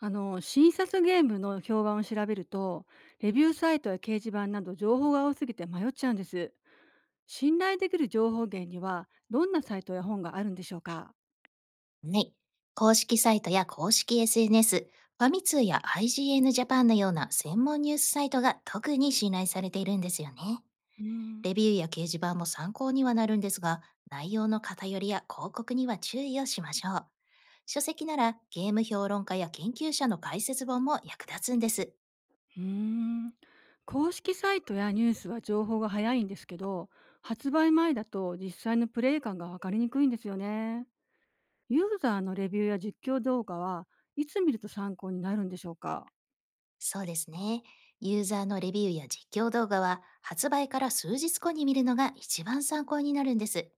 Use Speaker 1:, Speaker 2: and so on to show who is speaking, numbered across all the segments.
Speaker 1: あの診察ゲームの評判を調べると、レビューサイトや掲示板など情報が多すぎて迷っちゃうんです。信頼できる情報源にはどんなサイトや本があるんでしょうか？
Speaker 2: はい。公式サイトや公式 SNS、ファミ通や IGN ジーエヌジャパンのような専門ニュースサイトが特に信頼されているんですよね。
Speaker 1: うん、
Speaker 2: レビューや掲示板も参考にはなるんですが、内容の偏りや広告には注意をしましょう。書籍ならゲーム評論家や研究者の解説本も役立つんです。
Speaker 1: うーん。公式サイトやニュースは情報が早いんですけど、発売前だと実際のプレイ感が分かりにくいんですよね。ユーザーのレビューや実況動画はいつ見ると参考になるんでしょうか？
Speaker 2: そうですね。ユーザーのレビューや実況動画は発売から数日後に見るのが一番参考になるんです。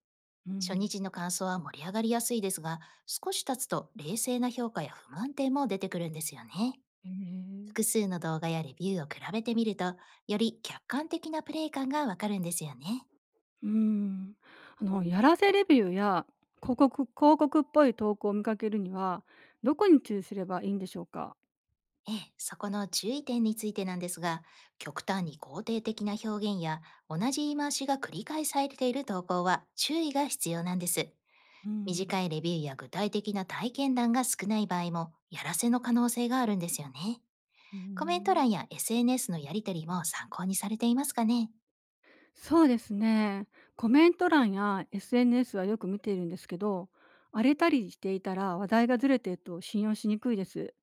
Speaker 1: う
Speaker 2: 初
Speaker 1: ん、
Speaker 2: 日の感想は盛り上がりやすいですが、少し経つと冷静な評価や不満点も出てくるんですよね。
Speaker 1: へえ。
Speaker 2: 複数の動画やレビューを比べてみると、より客観的なプレイ感がわかるんですよね。
Speaker 1: うーん。やらせレビューや広告っぽい投稿を見かけるには、どこに注意すればいいんでしょうか？
Speaker 2: ええ、そこの注意点についてなんですが、極端に肯定的な表現や同じ言い回しが繰り返されている投稿は注意が必要なんです。
Speaker 1: う
Speaker 2: 短
Speaker 1: ん、
Speaker 2: いレビューや具体的な体験談が少ない場合も、やらせの可能性があるんですよね。
Speaker 1: うー
Speaker 2: コメント
Speaker 1: ん。
Speaker 2: 欄や SNS のやりとりも参考にされていますかね？
Speaker 1: そうですね。コメント欄や SNS はよく見ているんですけど、荒れたりしていたら話題がずれていると信用しにくいです。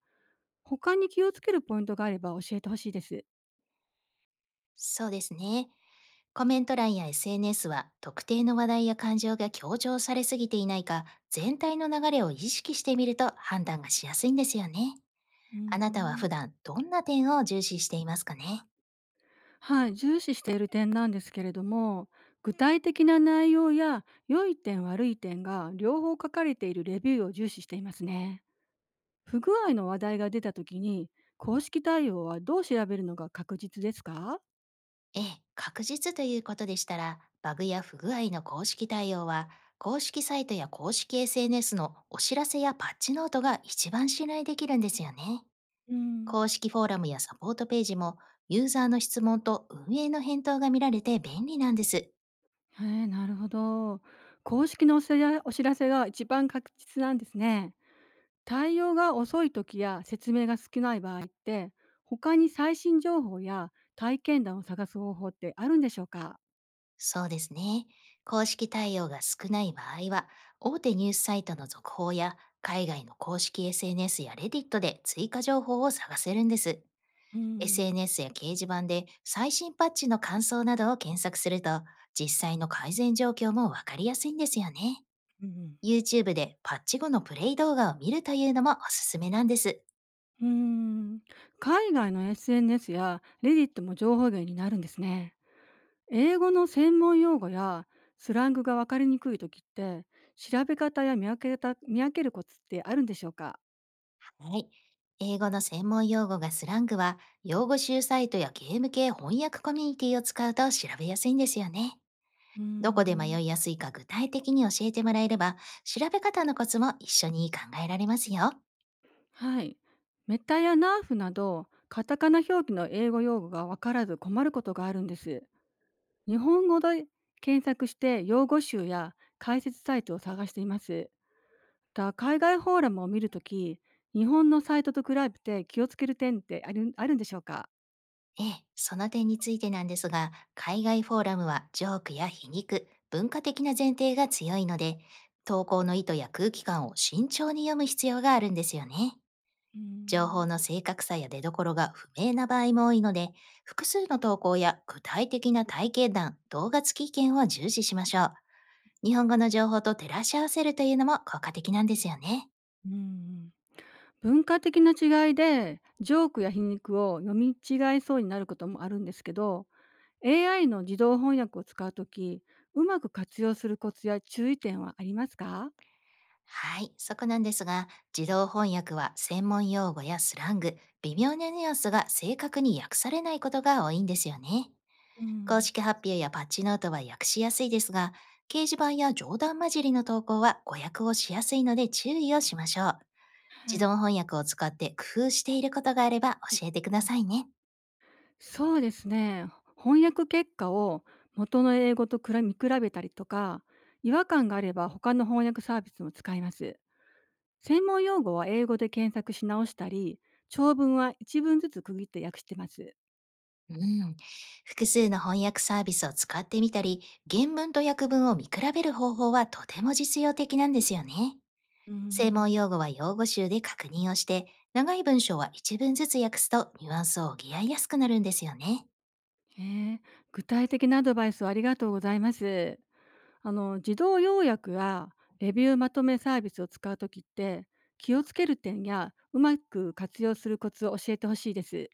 Speaker 1: 他に気をつけるポイントがあれば教えてほしいです。
Speaker 2: そうですね。コメント欄や SNS は特定の話題や感情が強調されすぎていないか、全体の流れを意識してみると判断がしやすいんですよね。
Speaker 1: うー
Speaker 2: あなたは
Speaker 1: ん。
Speaker 2: 普段どんな点を重視していますかね？
Speaker 1: はい、重視している点なんですけれども、具体的な内容や良い点悪い点が両方書かれているレビューを重視していますね。不具合の話題が出た時に公式対応はどう調べるのが確実ですか？
Speaker 2: ええ、確実ということでしたら、バグや不具合の公式対応は、公式サイトや公式 SNS のお知らせやパッチノートが一番信頼できるんですよね。
Speaker 1: うん、
Speaker 2: 公式フォーラムやサポートページも、ユーザーの質問と運営の返答が見られて便利なんです。
Speaker 1: ええ、なるほど。公式のお知らせが一番確実なんですね。対応が遅い時や説明が少ない場合って、他に最新情報や体験談を探す方法ってあるんでしょうか？
Speaker 2: そうですね。公式対応が少ない場合は、大手ニュースサイトの続報や海外の公式 SNS やレディットで追加情報を探せるんです。
Speaker 1: うん
Speaker 2: SNS や掲示板で最新パッチの感想などを検索すると、実際の改善状況もわかりやすいんですよね。
Speaker 1: うん
Speaker 2: YouTube でパッチ後のプレイ動画を見るというのもおすすめなんです。
Speaker 1: うん、うーん。海外の SNS やレディットも情報源になるんですね。英語の専門用語やスラングが分かりにくい時って、調べ方や見分けるコツってあるんでしょうか？
Speaker 2: はい。英語の専門用語がスラングは、用語集サイトやゲーム系翻訳コミュニティを使うと調べやすいんですよね。
Speaker 1: うー
Speaker 2: どこで
Speaker 1: ん。
Speaker 2: 迷いやすいか具体的に教えてもらえれば、調べ方のコツも一緒に考えられますよ。
Speaker 1: はい、メタやナーフなどカタカナ表記の英語用語が分からず困ることがあるんです。日本語で検索して用語集や解説サイトを探しています。海外フォーラムを見るとき、日本のサイトと比べて気をつける点ってあるんでしょうか？
Speaker 2: ええ、その点についてなんですが、海外フォーラムはジョークや皮肉、文化的な前提が強いので、投稿の意図や空気感を慎重に読む必要があるんですよね。
Speaker 1: うー
Speaker 2: 情報
Speaker 1: ん、
Speaker 2: の正確さや出どころが不明な場合も多いので、複数の投稿や具体的な体験談、動画付き意見を重視しましょう。日本語の情報と照らし合わせるというのも効果的なんですよね。
Speaker 1: うんうん。文化的な違いでジョークや皮肉を読み違えそうになることもあるんですけど、 AI の自動翻訳を使うとき、うまく活用するコツや注意点はありますか？
Speaker 2: はい、そこなんですが、自動翻訳は専門用語やスラング、微妙なニュアンスが正確に訳されないことが多いんですよね。
Speaker 1: う
Speaker 2: 公
Speaker 1: ん、
Speaker 2: 式発表やパッチノートは訳しやすいですが、掲示板や冗談交じりの投稿は誤訳をしやすいので注意をしましょう。
Speaker 1: は
Speaker 2: 自動
Speaker 1: い。
Speaker 2: 翻訳を使って工夫していることがあれば教えてくださいね。
Speaker 1: そうですね、翻訳結果を元の英語と見比べたりとか、違和感があれば他の翻訳サービスも使います。専門用語は英語で検索し直したり、長文は一文ずつ区切って訳してます。
Speaker 2: うん。複数の翻訳サービスを使ってみたり、原文と訳文を見比べる方法はとても実用的なんですよね。
Speaker 1: うー
Speaker 2: 専門
Speaker 1: ん。
Speaker 2: 用語は用語集で確認をして、長い文章は一文ずつ訳すとニュアンスを補いやすくなるんですよね。
Speaker 1: へえ、具体的なアドバイスをありがとうございます。自動要約やレビューまとめサービスを使うときって、気をつける点やうまく活用するコツを教えてほしいです。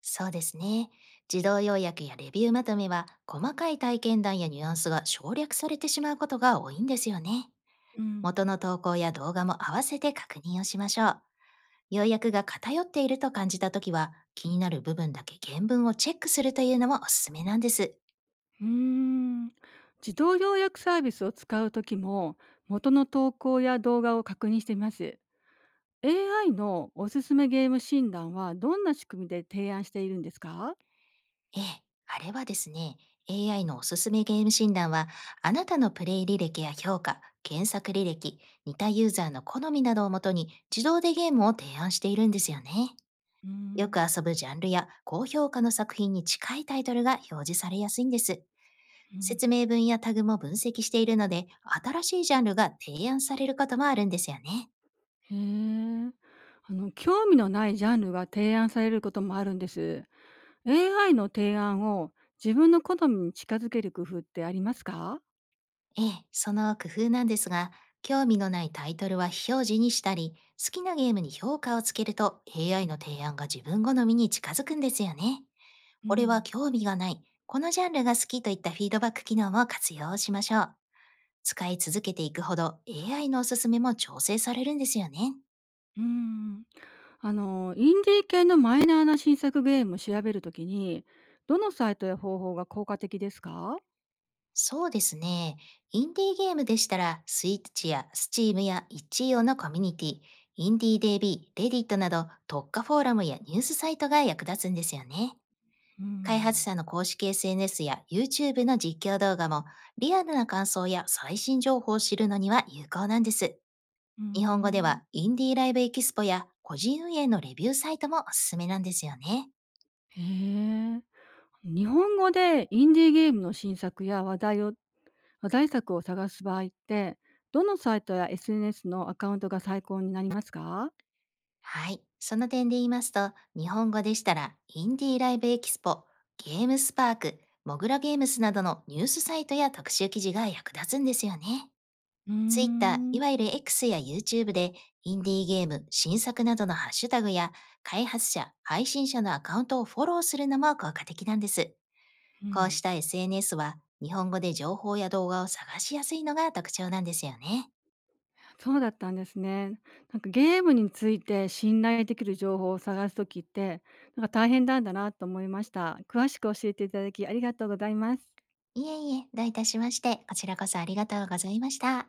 Speaker 2: そうですね。自動要約やレビューまとめは、細かい体験談やニュアンスが省略されてしまうことが多いんですよね。
Speaker 1: うん。
Speaker 2: 元の投稿や動画も合わせて確認をしましょう。要約が偏っていると感じたときは、気になる部分だけ原文をチェックするというのもおすすめなんです。
Speaker 1: うーん、自動要約サービスを使うときも、元の投稿や動画を確認してみます。AI のおすすめゲーム診断はどんな仕組みで提案しているんですか？
Speaker 2: ええ、あれはですね、AI のおすすめゲーム診断は、あなたのプレイ履歴や評価、検索履歴、似たユーザーの好みなどをもとに、自動でゲームを提案しているんですよね。
Speaker 1: うー
Speaker 2: よく
Speaker 1: ん、
Speaker 2: 遊ぶジャンルや高評価の作品に近いタイトルが表示されやすいんです。
Speaker 1: うん、
Speaker 2: 説明文やタグも分析しているので、新しいジャンルが提案されることもあるんですよね。
Speaker 1: へえ。興味のないジャンルが提案されることもあるんです。AI の提案を自分の好みに近づける工夫ってありますか？
Speaker 2: ええ、その工夫なんですが、興味のないタイトルは非表示にしたり、好きなゲームに評価をつけると AI の提案が自分好みに近づくんですよね。
Speaker 1: う
Speaker 2: これは
Speaker 1: ん、
Speaker 2: 興味がない、このジャンルが好きといったフィードバック機能も活用しましょう。使い続けていくほど AI のおすすめも調整されるんですよね。
Speaker 1: うん。インディー系のマイナーな新作ゲームを調べるときに、どのサイトや方法が効果的ですか？
Speaker 2: そうですね。インディーゲームでしたら、スイッチやスチームや一応のコミュニティ、インディー DB、レディットなど特化フォーラムやニュースサイトが役立つんですよね。
Speaker 1: う
Speaker 2: 開発
Speaker 1: ん。
Speaker 2: 者の公式 SNS や YouTube の実況動画も、リアルな感想や最新情報を知るのには有効なんです。
Speaker 1: うー
Speaker 2: 日本語で
Speaker 1: ん。
Speaker 2: はインディーライブエキスポや個人運営のレビューサイトもおすすめなんですよね。
Speaker 1: へえ。日本語でインディーゲームの新作や話題作を探す場合って、どのサイトや SNS のアカウントが最高になりますか？
Speaker 2: はい。その点で言いますと、日本語でしたらインディーライブエキスポ、ゲームスパーク、モグラゲームスなどのニュースサイトや特集記事が役立つんですよね。
Speaker 1: うー
Speaker 2: Twitter、
Speaker 1: ん、
Speaker 2: いわゆる X や YouTube で、インディーゲーム、新作などのハッシュタグや、開発者、配信者のアカウントをフォローするのも効果的なんです。
Speaker 1: う
Speaker 2: こうし
Speaker 1: ん。
Speaker 2: た SNS は、日本語で情報や動画を探しやすいのが特徴なんですよね。
Speaker 1: そうだったんですね。なんかゲームについて信頼できる情報を探すときって、なんか大変なんだなと思いました。詳しく教えていただきありがとうございます。
Speaker 2: いえいえ、どういたしまして、こちらこそありがとうございました。